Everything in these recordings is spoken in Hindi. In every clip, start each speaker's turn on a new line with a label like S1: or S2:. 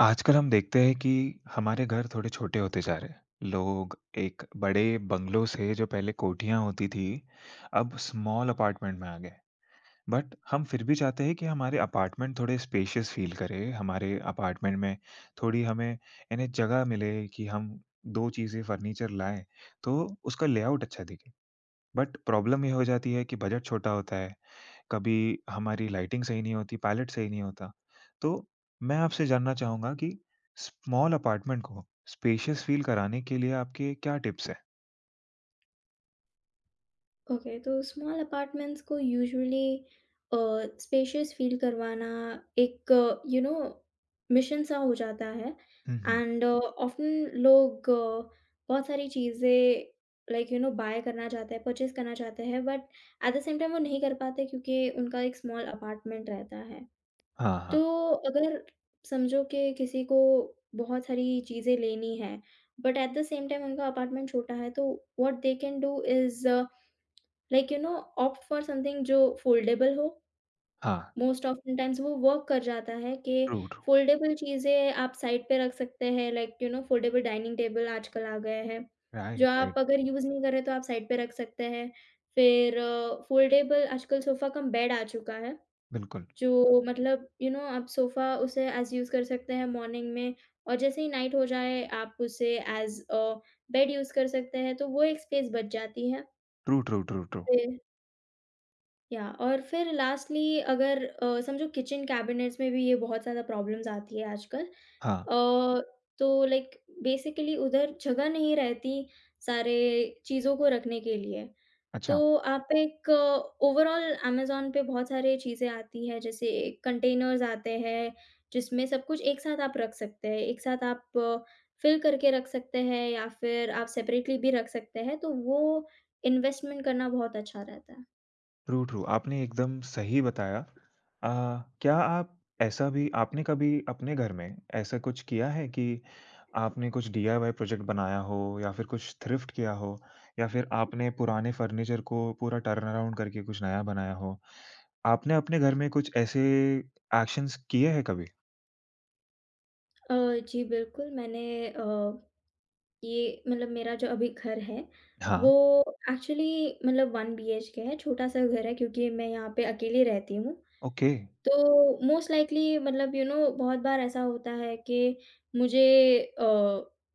S1: आजकल हम देखते हैं कि हमारे घर थोड़े छोटे होते जा रहे हैं। लोग एक बड़े बंगलों से जो पहले कोठियाँ होती थी, अब स्मॉल अपार्टमेंट में आ गए। बट हम फिर भी चाहते हैं कि हमारे अपार्टमेंट थोड़े स्पेशियस फील करे, हमारे अपार्टमेंट में थोड़ी हमें यानी जगह मिले कि हम 2 चीज़ें फर्नीचर लाएँ, तो उसका लेआउट अच्छा दिखे। बट प्रॉब्लम ये हो जाती है कि बजट छोटा होता है, कभी हमारी लाइटिंग सही नहीं होती, पैलेट सही नहीं होता। तो मैं आपसे जानना चाहूँगा कि स्मॉल अपार्टमेंट को स्पेशियस फील कराने के लिए आपके क्या टिप्स हैं?
S2: ओके, तो स्मॉल अपार्टमेंट्स को यूजुअली स्पेशियस फील करवाना एक यू नो मिशन सा हो जाता है।
S1: हुँ, हुँ।
S2: एंड ऑफ्टन लोग बहुत सारी चीज़ें लाइक यू नो बाय करना चाहते हैं, परचेज करना चाहते हैं। But at the same time वो नहीं कर पाते क्योंकि उनका एक स्मॉल अपार्टमेंट रहता है।
S1: हाँ, हाँ।
S2: तो अगर समझो कि किसी को बहुत सारी चीज़ें लेनी है but at the same time उनका अपार्टमेंट छोटा है, तो what they can do is like you know opt for something जो फोल्डेबल हो।
S1: हाँ,
S2: मोस्ट ऑफ़्न टाइम्स वो वर्क कर जाता है कि
S1: ट्रू, ट्रू।
S2: फोल्डेबल चीज़ें आप साइड पे रख सकते हैं। Like you know foldable dining table आजकल आ गए हैं, जो
S1: राइट,
S2: आप
S1: राइट।
S2: अगर यूज़ नहीं कर रहे तो आप साइड पे रख सकते हैं। फिर फोल्डेबल आजकल सोफ़ा कम बेड आ चुका है,
S1: बिल्कुल।
S2: जो मतलब यू नो आप सोफ़ा उसे एज़ यूज़ कर सकते हैं मॉर्निंग में, और जैसे ही नाइट हो जाए आप उसे एज़ अ बेड यूज़ कर सकते हैं, तो वो एक स्पेस बच जाती
S1: ट्रू, ट्रू, ट्रू, ट्रू।
S2: है। या और फिर लास्टली अगर समझो, किचन कैबिनेट्स में भी ये बहुत ज़्यादा प्रॉब्लम्स आती है आजकल।
S1: हाँ,
S2: अ, तो लाइक बेसिकली उधर जगह नहीं रहती सारे चीज़ों को रखने के लिए।
S1: अच्छा।
S2: तो आप एक ओवरऑल अमेज़न पे बहुत सारी चीज़ें आती हैं, जैसे कंटेनर्स आते हैं, जिसमें सब कुछ एक साथ आप रख सकते हैं। एक साथ आप फ़िल करके रख सकते हैं या फिर आप सेपरेटली भी रख सकते हैं, तो वो इन्वेस्टमेंट करना बहुत अच्छा रहता है।
S1: True, true. आपने एकदम सही बताया। अ, क्या आप ऐसा भी आपने कभी अपने घर में ऐसा कुछ किया है कि आपने कुछ डीआईवाई प्रोजेक्ट बनाया हो या फिर कुछ थ्रिफ्ट किया हो या फिर आपने पुराने फर्नीचर को पूरा टर्न अराउंड करके कुछ नया बनाया हो? आपने अपने घर में कुछ ऐसे एक्शन्स किए हैं कभी?
S2: अ, जी बिल्कुल, मैंने अ, ये मतलब मेरा जो अभी घर है, वो
S1: हाँ,
S2: एक्चुअली मतलब 1 बीएचके है। छोटा-सा घर है क्योंकि मैं यहाँ पे अकेली रहती हूँ।
S1: ओके।
S2: तो मोस्ट लाइकली मतलब यू नो बहुत बार ऐसा होता है कि मुझे अ,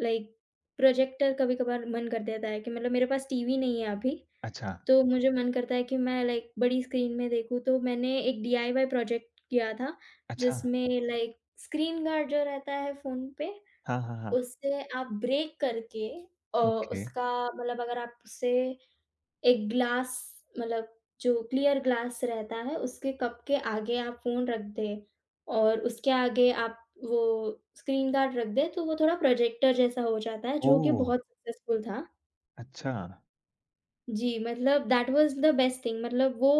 S2: लाइक प्रोजेक्टर कभी-कभार मन कर देता है कि, मतलब, मेरे पास टीवी नहीं है अभी,
S1: अच्छा,
S2: तो मुझे मन करता है कि मैं लाइक बड़ी स्क्रीन में देखूँ। तो मैंने एक डीआईवाई प्रोजेक्ट किया था,
S1: अच्छा।
S2: जिसमें लाइक स्क्रीन गार्ड जो रहता है फ़ोन पे,
S1: हाँ, हाँ, हाँ।
S2: उससे आप ब्रेक करके
S1: ओके।
S2: उसका, मतलब अगर आप उसे एक ग्लास, मतलब जो क्लियर ग्लास रहता है, उसके कप के आगे आप फ़ोन रख दें और उसके आगे आप वो स्क्रीन गार्ड रख दें, तो वो थोड़ा प्रोजेक्टर जैसा हो जाता है जो कि
S1: ओह!
S2: बहुत सक्सेसफुल था।
S1: अच्छा,
S2: जी, मतलब that was the best thing. मतलब वो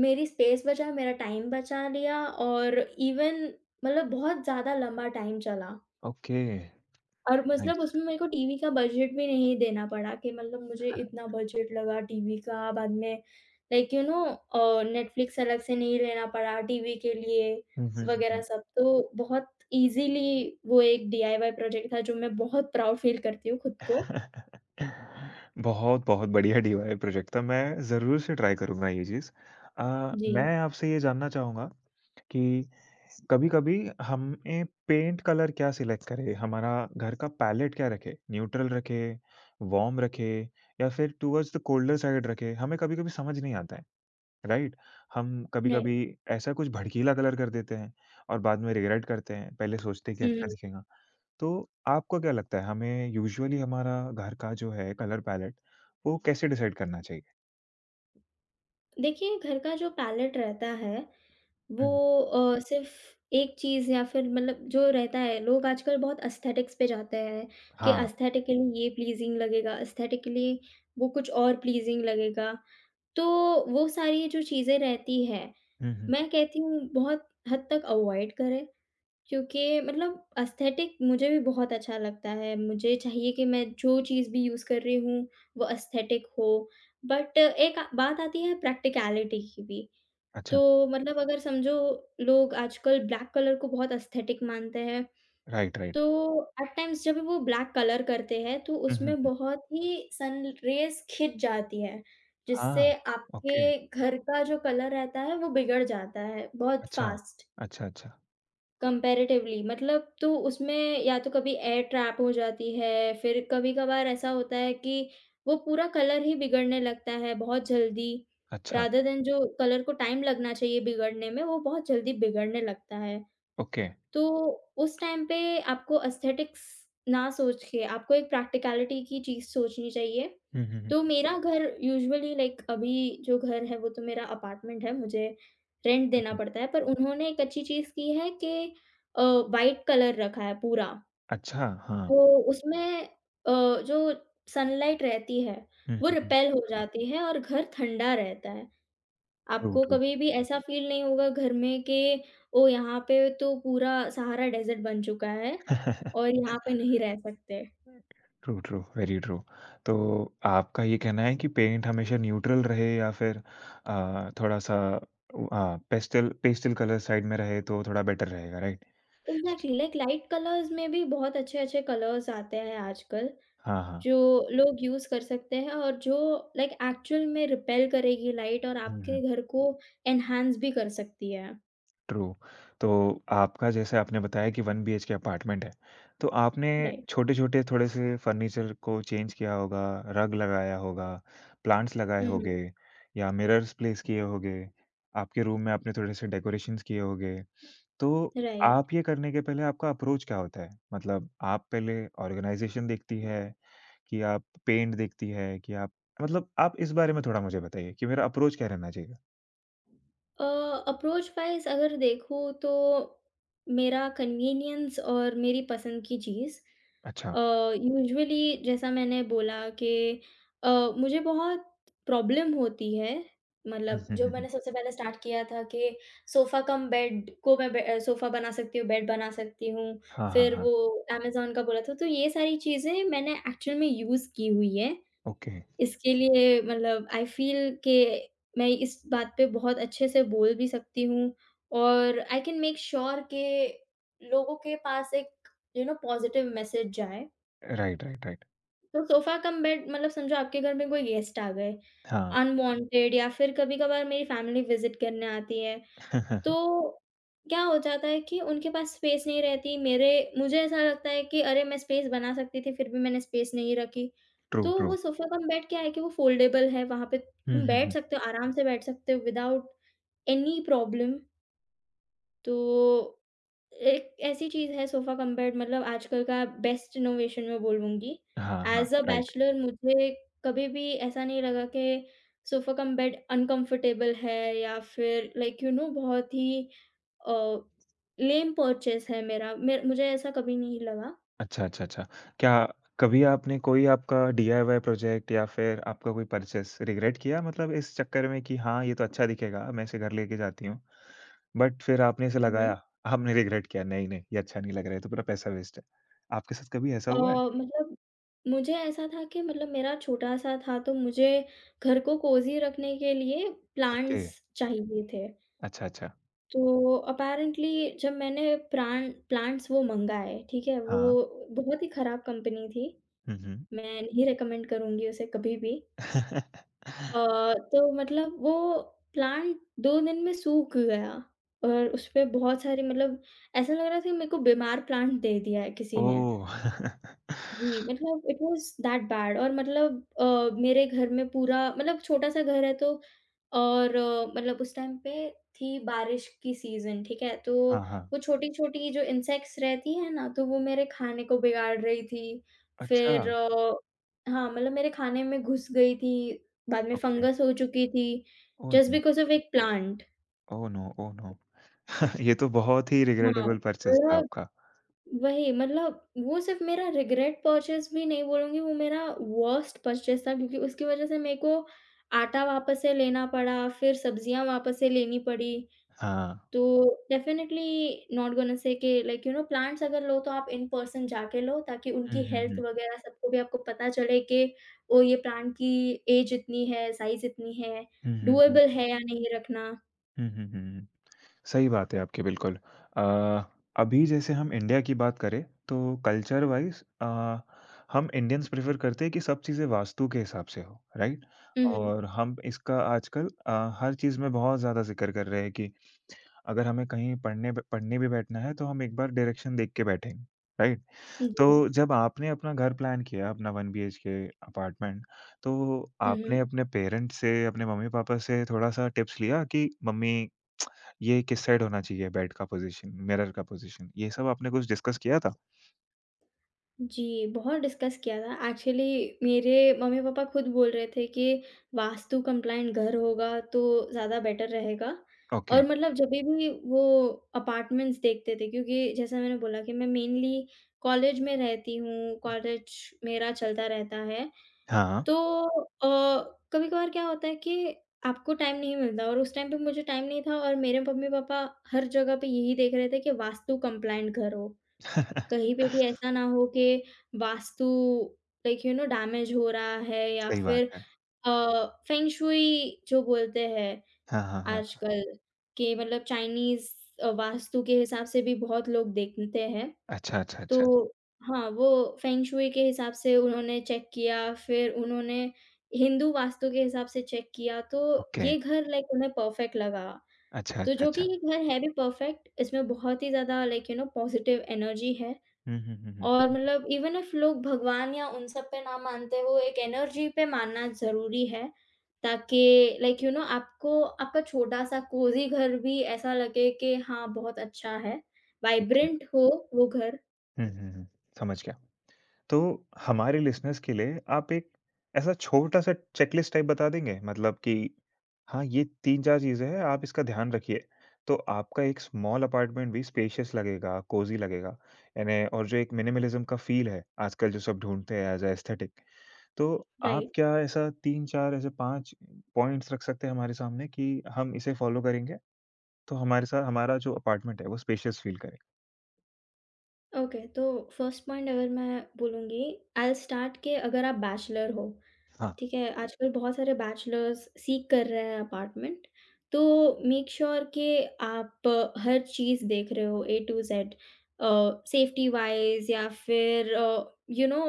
S2: मेरी स्पेस बचा, मेरा टाइम बचा लिया, और इवन, मतलब, बहुत ज़्यादा लंबा टाइम चला।
S1: ओके।
S2: और मतलब
S1: नाइस।
S2: उसमें मेरे को टीवी का बजट भी नहीं देना पड़ा कि, मतलब, मुझे इतना बजट लगा टीवी का बाद में। लाइक यू नो नेटफ्लिक्स अलग से नहीं लेना पड़ा टीवी के लिए
S1: हुँ, हुँ, हुँ,
S2: वगैरह
S1: हुँ।
S2: सब। तो बहुत ईज़िली वो एक डीआईवाई प्रोजेक्ट था जो मैं बहुत प्राउड फ़ील करती हूँ खुद को।
S1: बहुत, बहुत बढ़िया डीआईवाय प्रोजेक्ट था। मैं ज़रूर से ट्राई करूँगा ये चीज़। अ, मैं
S2: जी,
S1: आपसे ये जानना चाहूँगा कि कभी-कभी हमें पेंट कलर क्या सिलेक्ट करें? हमारा घर का पैलेट क्या रखें? न्यूट्रल रखें, वार्म रखें या फिर टुवर्ड्स द कोल्डर साइड रखें? हमें कभी-कभी समझ नहीं आता है, राइट? हम
S2: राइट।
S1: कभी-कभी ऐसा कुछ भड़कीला कलर कर देते हैं और बाद में रिग्रेट करते हैं। पहले सोचते हैं कि
S2: हुँ,
S1: अच्छा
S2: हुँ।
S1: दिखेगा। तो आपको क्या लगता है हमें यूजुअली हमारा घर का जो है कलर पैलेट वो कैसे डिसाइड करना चाहिए?
S2: देखिए घर का जो पैलेट रहता है वो
S1: हुँ।
S2: सिर्फ़ एक चीज़, या फिर मतलब जो रहता है, लोग आजकल बहुत एस्थेटिक्स पे जाते हैं, कि
S1: हाँ।
S2: एस्थेटिक के लिए ये प्लीज़िंग लगेगा, एस्थेटिक के लिए वो कुछ और प्लीज़िंग लगेगा। तो वो सारी जो चीज़ें रहती हैं,
S1: हुँ, हुँ।
S2: मैं कहती हूँ बहुत हद तक अवॉइड करें, क्योंकि मतलब एस्थेटिक मुझे भी बहुत अच्छा लगता है। मुझे चाहिए कि मैं जो चीज़ भी यूज़ कर रही हूँ, वो एस्थेटिक हो। बट एक बात आती है प्रैक्टिकैलिटी की भी।
S1: अच्छा,
S2: तो मतलब अगर समझो, लोग आजकल ब्लैक कलर को बहुत एस्थेटिक मानते हैं,
S1: राइट, राइट।
S2: तो एट टाइम्स जब वो ब्लैक कलर करते हैं तो
S1: हुँ, हुँ,
S2: उसमें
S1: हुँ।
S2: बहुत ही सन रेज़ खिंच जाती है,
S1: हाँ,
S2: जिससे
S1: ओके,
S2: आपके घर का जो कलर रहता है वो बिगड़ जाता है बहुत
S1: अच्छा।
S2: फ़ास्ट।
S1: अच्छा, अच्छा,
S2: कंपैरेटिवली, मतलब, तो उसमें या तो कभी एयर ट्रैप हो जाती है, फिर कभी-कभार ऐसा होता है कि वो पूरा कलर ही बिगड़ने लगता है बहुत जल्दी,
S1: अच्छा,
S2: रादर देन जो कलर को टाइम लगना चाहिए बिगड़ने में, वो बहुत जल्दी बिगड़ने लगता है।
S1: ओके।
S2: तो उस टाइम पे आपको एस्थेटिक्स ना सोच के आपको एक प्रैक्टिकैलिटी की चीज़ सोचनी चाहिए।
S1: हुँ, हुँ,
S2: तो
S1: हुँ,
S2: मेरा घर यूजुअली, लाइक अभी जो घर है वो तो मेरा अपार्टमेंट है, मुझे रेंट
S1: हुँ,
S2: देना
S1: हुँ।
S2: पड़ता है, पर उन्होंने एक अच्छी चीज़ की है कि व्हाइट कलर रखा है पूरा।
S1: अच्छा, हाँ।
S2: तो उसमें जो सनलाइट रहती है,
S1: हुँ,
S2: वो
S1: हुँ, हुँ।
S2: रिपेल हो जाती है और घर ठंडा रहता है।
S1: ट्रू,
S2: आपको
S1: ट्रू।
S2: कभी भी ऐसा फ़ील नहीं होगा घर में कि ओह! यहाँ पे तो पूरा सहारा डेज़र्ट बन चुका है और यहाँ पे नहीं रह सकते।
S1: True, true, very true. तो आपका ये कहना है कि पेंट हमेशा न्यूट्रल रहे या फिर थोड़ा-सा पेस्टल पेस्टल कलर साइड में रहे तो थोड़ा बेटर रहेगा, right?
S2: Exactly, like light colours में भी बहुत अच्छे-अच्छे कलर्स आते हैं आजकल,
S1: हाँ, हाँ।
S2: जो लोग यूज़ कर सकते हैं और जो लाइक एक्चुअल में रिपेल करेगी लाइट और
S1: हुँ,
S2: आपके
S1: हुँ।
S2: घर को एनहांस भी कर सकती है।
S1: ट्रू। तो आपका जैसे आपने बताया कि 1 बीएचके अपार्टमेंट है, तो आपने
S2: राइट।
S1: छोटे-छोटे थोड़े-से फर्नीचर को चेंज किया होगा, रग लगाया होगा, प्लांट्स लगाए
S2: हुँ, हुँ।
S1: होंगे या मिरर्स प्लेस किए होंगे, आपके रूम में आपने थोड़े-से डेकोरेशंस किए होंगे। तो
S2: राइट।
S1: आप ये करने के पहले आपका अप्रोच क्या होता है? मतलब आप पहले ऑर्गनाइज़ेशन देखती है कि आप पेंट देखती है कि आप मतलब आप इस बारे में थोड़ा मुझे बताइए कि मेरा अप्रोच क्या रहना चाहिए?
S2: अ, अप्रोच वाइज़ अगर देखूँ तो मेरा कन्वीनियंस और मेरी पसंद की चीज़।
S1: अच्छा।
S2: अ, यूजुअली जैसा मैंने बोला कि अ, मुझे बहुत प्रॉब्लम होती है, मतलब जो मैंने सबसे पहले स्टार्ट किया था कि सोफ़ा कम बेड को मैं सोफ़ा बना सकती हूँ, बेड बना सकती हूँ।
S1: हाँ, हाँ,
S2: फिर
S1: हाँ।
S2: वो अमेज़न का बोला था, तो ये सारी चीज़ें मैंने एक्चुअल में यूज़ की हुई है
S1: ओके।
S2: इसके लिए। मतलब आई फ़ील के मैं इस बात पे बहुत अच्छे से बोल भी सकती हूँ और आई कैन मेक श्योर के लोगों के पास एक यू नो पॉज़िटिव मैसेज जाए।
S1: Right, right, right.
S2: तो सोफ़ा कम बेड, मतलब समझो आपके घर में कोई गेस्ट आ गए,
S1: हाँ।
S2: अनवांटेड, या फिर कभी-कभार मेरी फैमिली विज़िट करने आती है। तो क्या हो जाता है कि उनके पास स्पेस नहीं रहती। मेरे, मुझे ऐसा लगता है कि अरे, मैं स्पेस बना सकती थी फिर भी मैंने स्पेस नहीं रखी।
S1: ट्रू,
S2: तो
S1: ट्रू।
S2: वो सोफ़ा कम बेड क्या है कि वो फ़ोल्डेबल है, वहाँ पे
S1: हुँ,
S2: तुम
S1: हुँ,
S2: बैठ
S1: हुँ।
S2: सकते हो, आराम से बैठ सकते हो विदाउट एनी प्रॉब्लम। तो, एक ऐसी चीज़ है सोफ़ा कम बेड, मतलब आजकल का बेस्ट इनोवेशन मैं बोलूँगी।
S1: हाँ, हाँ,
S2: ऐज़ अ
S1: राइट।
S2: बैचलर मुझे कभी भी ऐसा नहीं लगा कि सोफ़ा कम बेड अनकम्फ़र्टेबल है, या फिर लाइक यू नो बहुत ही अ, लेम परचेज़ है मेरा। मेर मुझे ऐसा कभी नहीं लगा।
S1: अच्छा, अच्छा, अच्छा। क्या कभी आपने कोई आपका डीआईवाई प्रोजेक्ट या फिर आपका कोई परचेज़ रिग्रेट किया मतलब इस चक्कर में कि हाँ, ये तो अच्छा दिखेगा, मैं इसे घर लेके जाती हूँ, बट फिर आपने इसे
S2: हुँ,
S1: लगाया,
S2: हुँ।
S1: आपने रिग्रेट किया, नहीं, नहीं, ये अच्छा नहीं लग रहा है, ये तो पूरा पैसा वेस्ट है। आपके साथ कभी ऐसा हुआ है?
S2: मतलब मुझे ऐसा था कि, मतलब, मेरा छोटा-सा था तो मुझे घर को कोज़ी रखने के लिए
S1: ओके।
S2: प्लांट्स चाहिए थे।
S1: अच्छा, अच्छा।
S2: तो अपैरेंटली जब मैंने प्राण प्लांट्स वो मँगाए, ठीक है?
S1: हाँ।
S2: वो बहुत ही खराब कंपनी थी,
S1: हुँ, हुँ।
S2: मैं नहीं रिकमेंड करूँगी उसे कभी भी। अ, तो मतलब वो प्लांट 2 दिन में सूख गया, और उसपे बहुत सारी, मतलब, ऐसा लग रहा था कि मेरे को बीमार प्लांट दे दिया है किसी ने।
S1: ओह!
S2: जी, मतलब इट वाज़ दैट बैड, और मतलब मेरे घर में पूरा, मतलब छोटा-सा घर है तो, और मतलब उस टाइम पे थी बारिश की सीज़न, ठीक है? तो
S1: हाँ, हाँ।
S2: वो छोटी-छोटी जो इंसेक्ट्स रहती हैं ना, तो वो मेरे खाने को बिगाड़ रही थी।
S1: अच्छा,
S2: फिर हाँ, मतलब मेरे खाने में घुस गई थी, बाद में
S1: ओके।
S2: फंगस हो चुकी थी,
S1: oh
S2: just
S1: no!
S2: Because of एक plant.
S1: Oh no! Oh no! ये तो बहुत ही रिग्रेटेबल परचेज़ था
S2: हाँ,
S1: आपका।
S2: वही, मतलब वो सिर्फ़ मेरा रिग्रेट परचेज़ भी नहीं बोलूँगी, वो मेरा वर्स्ट परचेज़ था क्योंकि उसकी वज़ह से मेरे को आटा वापस से लेना पड़ा, फिर सब्ज़ियाँ वापस से लेनी पड़ी।
S1: हाँ।
S2: तो डेफ़िनेटली नॉट गोना से कि लाइक यू नो प्लांट्स अगर लो तो आप इन पर्सन जाके लो, ताकि
S1: हुँ,
S2: उनकी
S1: हुँ,
S2: हेल्थ
S1: हुँ।
S2: वग़ैरह सबको भी आपको पता चले कि ओ, ये प्लांट की एज इतनी है, साइज़ इतनी है,
S1: हुँ, हुँ, हुँ।
S2: डूएबल है या नहीं रखना।
S1: हुँ, हुँ, हुँ, हुँ। सही बात है आपकी बिल्कुल। अ, अभी जैसे हम इंडिया की बात करें तो कल्चर वाइज़ हम इंडियंस प्रेफ़र करते हैं कि सब चीज़ें वास्तु के हिसाब से हो, राइट?
S2: हुँ, हुँ।
S1: और हम इसका आजकल हर चीज़ में बहुत ज़्यादा ज़िक्र कर रहे हैं कि अगर हमें कहीं पढ़ने भी बैठना है तो हम एक बार डायरेक्शन देख के बैठेंगे, राइट?
S2: जी।
S1: तो जब आपने अपना घर प्लान किया, अपना 1 बीएचके अपार्टमेंट, तो
S2: हुँ, हुँ।
S1: आपने अपने पेरेंट्स से, अपने मम्मी-पापा से थोड़ा-सा टिप्स लिया कि मम्मी ये किस साइड होना चाहिए बेड का पोज़ीशन, मिरर का पोज़ीशन, ये सब आपने कुछ डिस्कस किया था?
S2: जी, बहुत डिस्कस किया था। एक्चुअली मेरे मम्मी-पापा खुद बोल रहे थे कि वास्तु कंप्लायंट घर होगा तो ज़्यादा बेटर रहेगा,
S1: ओके।
S2: और मतलब जभी भी वो अपार्टमेंट्स देखते थे, क्योंकि जैसा मैंने बोला कि मैं मेनली कॉलेज में रहती हूँ, कॉलेज मेरा चलता रहता है।
S1: हाँ।
S2: तो कभी-कभार क्या होता है कि आपको टाइम नहीं मिलता, और उस टाइम पे मुझे टाइम नहीं था, और मेरे मम्मी-पापा हर जगह पे यही देख रहे थे कि वास्तु कंप्लायंट घर हो। कहीं पे भी ऐसा ना हो कि vastu like you know damage हो रहा है, या
S1: सही बात
S2: फिर
S1: है।
S2: अ, फेंग शुई जो बोलते हैं
S1: हाँ, हाँ, हाँ।
S2: आजकल, कि मतलब चाइनीज़ वास्तु के हिसाब से भी बहुत लोग देखते हैं।
S1: अच्छा, अच्छा,
S2: तो
S1: अच्छा।
S2: हाँ, वो फेंग शुई के हिसाब से उन्होंने चेक किया, फिर उन्होंने हिंदू वास्तु के हिसाब से चेक किया, तो
S1: ओके।
S2: ये घर लाइक उन्हें परफेक्ट लगा।
S1: अच्छा,
S2: तो
S1: अच्छा,
S2: जो कि
S1: अच्छा।
S2: ये घर है भी परफेक्ट, इसमें बहुत ही ज़्यादा like you know positive energy है।
S1: हुँ, हुँ, हुँ, हुँ।
S2: और मतलब इवन इफ लोग भगवान या उन सब पे ना मानते हो, एक एनर्जी पे मानना ज़रूरी है, ताकि लाइक यू नो आपको आपका छोटा-सा कोज़ी घर भी ऐसा लगे कि हाँ, बहुत अच्छा है,
S1: ओके।
S2: वाइब्रेंट हो वो घर,
S1: हुँ, हुँ, हुँ। समझ गया। तो हमारे लिसनर्स के लिए आप एक ऐसा छोटा-सा चेकलिस्ट टाइप बता देंगे? मतलब कि हाँ, ये 3-4 चीज़ें हैं, आप इसका ध्यान रखिए। तो आपका एक स्मॉल अपार्टमेंट भी स्पेशियस लगेगा, कोज़ी लगेगा यानी और जो एक मिनिमलिज़्म का फ़ील है, आजकल जो सब ढूँढते हैं एज़ अ एस्थेटिक। तो आप
S2: राइट।
S1: क्या ऐसा 3-4 ऐसे 5 पॉइंट्स रख सकते हैं हमारे सामने कि हम इसे फ़ॉलो करेंगे, तो हमारे साथ हमारा जो अपार्टमेंट है, वो स्पेशियस फ़ील करे?
S2: ओके, तो फर्स्ट पॉइंट अगर मैं बोलूँगी, आई विल स्टार्ट कि अगर आप बैचलर हो,
S1: हाँ।
S2: ठीक है, आजकल बहुत सारे बैचलर्स सीक कर रहे हैं अपार्टमेंट, तो मेक श्योर कि आप हर चीज़ देख रहे हो A to Z, uh, safety wise, या फिर you know,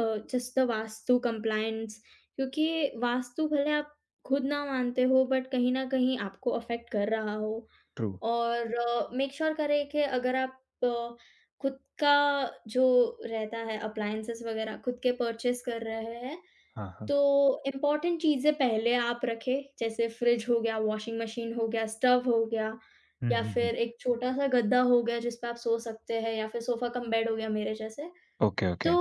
S2: just the vastu compliance, क्योंकि वास्तु भले आप खुद ना मानते हो बट कहीं न कहीं आपको अफ़ेक्ट कर रहा हो,
S1: ट्रू।
S2: और मेक श्योर करें कि अगर आप खुद का जो रहता है, अप्लायंसेस वग़ैरह खुद के परचेज़ कर रहे हैं,
S1: हाँ, हाँ।
S2: तो इम्पोर्टेंट चीज़ें पहले आप रखें, जैसे फ्रिज हो गया, वॉशिंग मशीन हो गया, स्टव हो गया,
S1: हुँ,
S2: या
S1: हुँ, हुँ।
S2: फिर एक छोटा-सा गद्दा हो गया जिस पे आप सो सकते हैं, या फिर सोफ़ा कम बेड हो गया मेरे जैसे।
S1: ओके,
S2: तो
S1: ओके।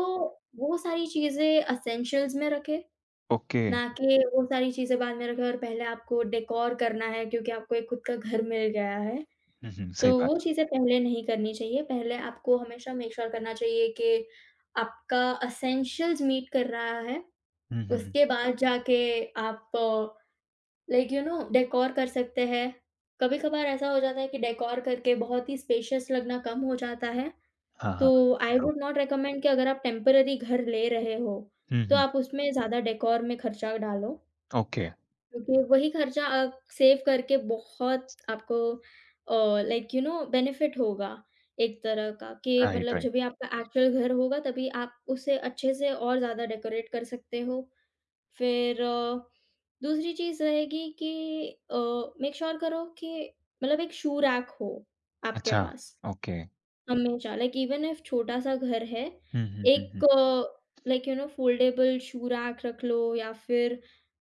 S2: वो सारी चीज़ें एसेंशियल्स में रखें,
S1: ओके।
S2: ना कि वो सारी चीज़ें बाद में रखें और पहले आपको डेकोर करना है क्योंकि आपको एक खुद का घर मिल गया है।
S1: हुँ, हुँ, सही
S2: तो वो
S1: बात है।
S2: चीज़ें पहले नहीं करनी चाहिए, पहले आपको हमेशा मेक श्योर करना चाहिए कि आपका एसेंशियल्स मीट कर रहा है,
S1: हुँ, हुँ, हुँ।
S2: उसके बाद जाके आप लाइक यू नो डेकोर कर सकते हैं। कभी-कभार ऐसा हो जाता है कि डेकोर करके बहुत ही स्पेशियस लगना कम हो जाता है,
S1: हाँ,
S2: तो
S1: हाँ,
S2: I
S1: true.
S2: Would not recommend कि अगर आप टेम्परेरी घर ले रहे हो,
S1: हुँ,
S2: तो
S1: हुँ,
S2: आप उसमें ज़्यादा डेकोर में खर्चा डालो,
S1: ओके,
S2: क्योंकि वही खर्चा आप सेव करके बहुत आपको uh, like you know benefit होगा एक तरह का, कि
S1: राइट,
S2: मतलब
S1: राइट।
S2: जब भी आपका एक्चुअल घर होगा तभी आप उसे अच्छे से और ज़्यादा डेकोरेट कर सकते हो। फिर दूसरी चीज़ रहेगी कि अ, मेक श्योर करो कि मतलब एक शू रैक हो आपके
S1: अच्छा,
S2: पास,
S1: ओके।
S2: हमेशा लाइक इवन इफ छोटा-सा घर है,
S1: हुँ, हुँ, हुँ, हुँ।
S2: एक like you know foldable shoe rack रख लो, या फिर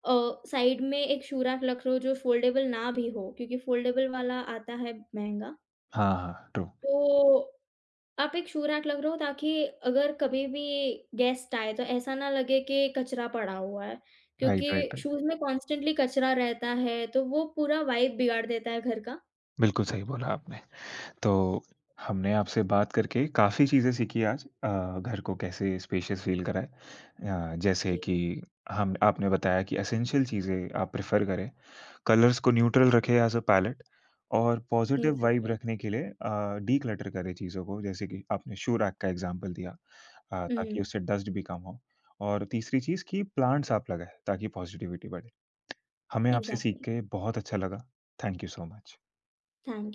S2: अ, साइड में एक शू रैक रख लो जो फोल्डेबल ना भी हो, क्योंकि फोल्डेबल वाला आता है महँगा।
S1: हाँ, हाँ, ट्रू।
S2: तो आप एक शूर रैक लग रहा हो, ताकि अगर कभी भी गेस्ट आए तो ऐसा ना लगे कि कचरा पड़ा हुआ है,
S1: राइट,
S2: क्योंकि
S1: राइट, राइट।
S2: शूज़ में कॉन्स्टेंटली कचरा रहता है, तो वो पूरा वाइब बिगाड़ देता है घर का।
S1: बिल्कुल सही बोला आपने। तो हमने आपसे बात करके काफ़ी चीज़ें सीखी आज घर को कैसे स्पेशियस फ़ील कराएँ। जैसे
S2: जी,
S1: कि हम आपने बताया कि एसेंशियल चीज़ें आप प्रेफ़र करें, कलर्स को न्यूट्रल रखें एज़ अ पैलेट और पॉज़िटिव वाइब
S2: एग्ज़ैक्टली।
S1: रखने के लिए डिक्लटर करें चीज़ों को, जैसे कि आपने शू रैक का एग्ज़ाम्पल दिया
S2: हुँ,
S1: ताकि उससे डस्ट भी कम हो। और तीसरी चीज़ कि प्लांट्स आप लगाएँ ताकि पॉज़िटिविटी बढ़े। हमें आपसे सीख
S2: एग्ज़ैक्टली।
S1: के बहुत अच्छा लगा। Thank you so much.
S2: Thank you.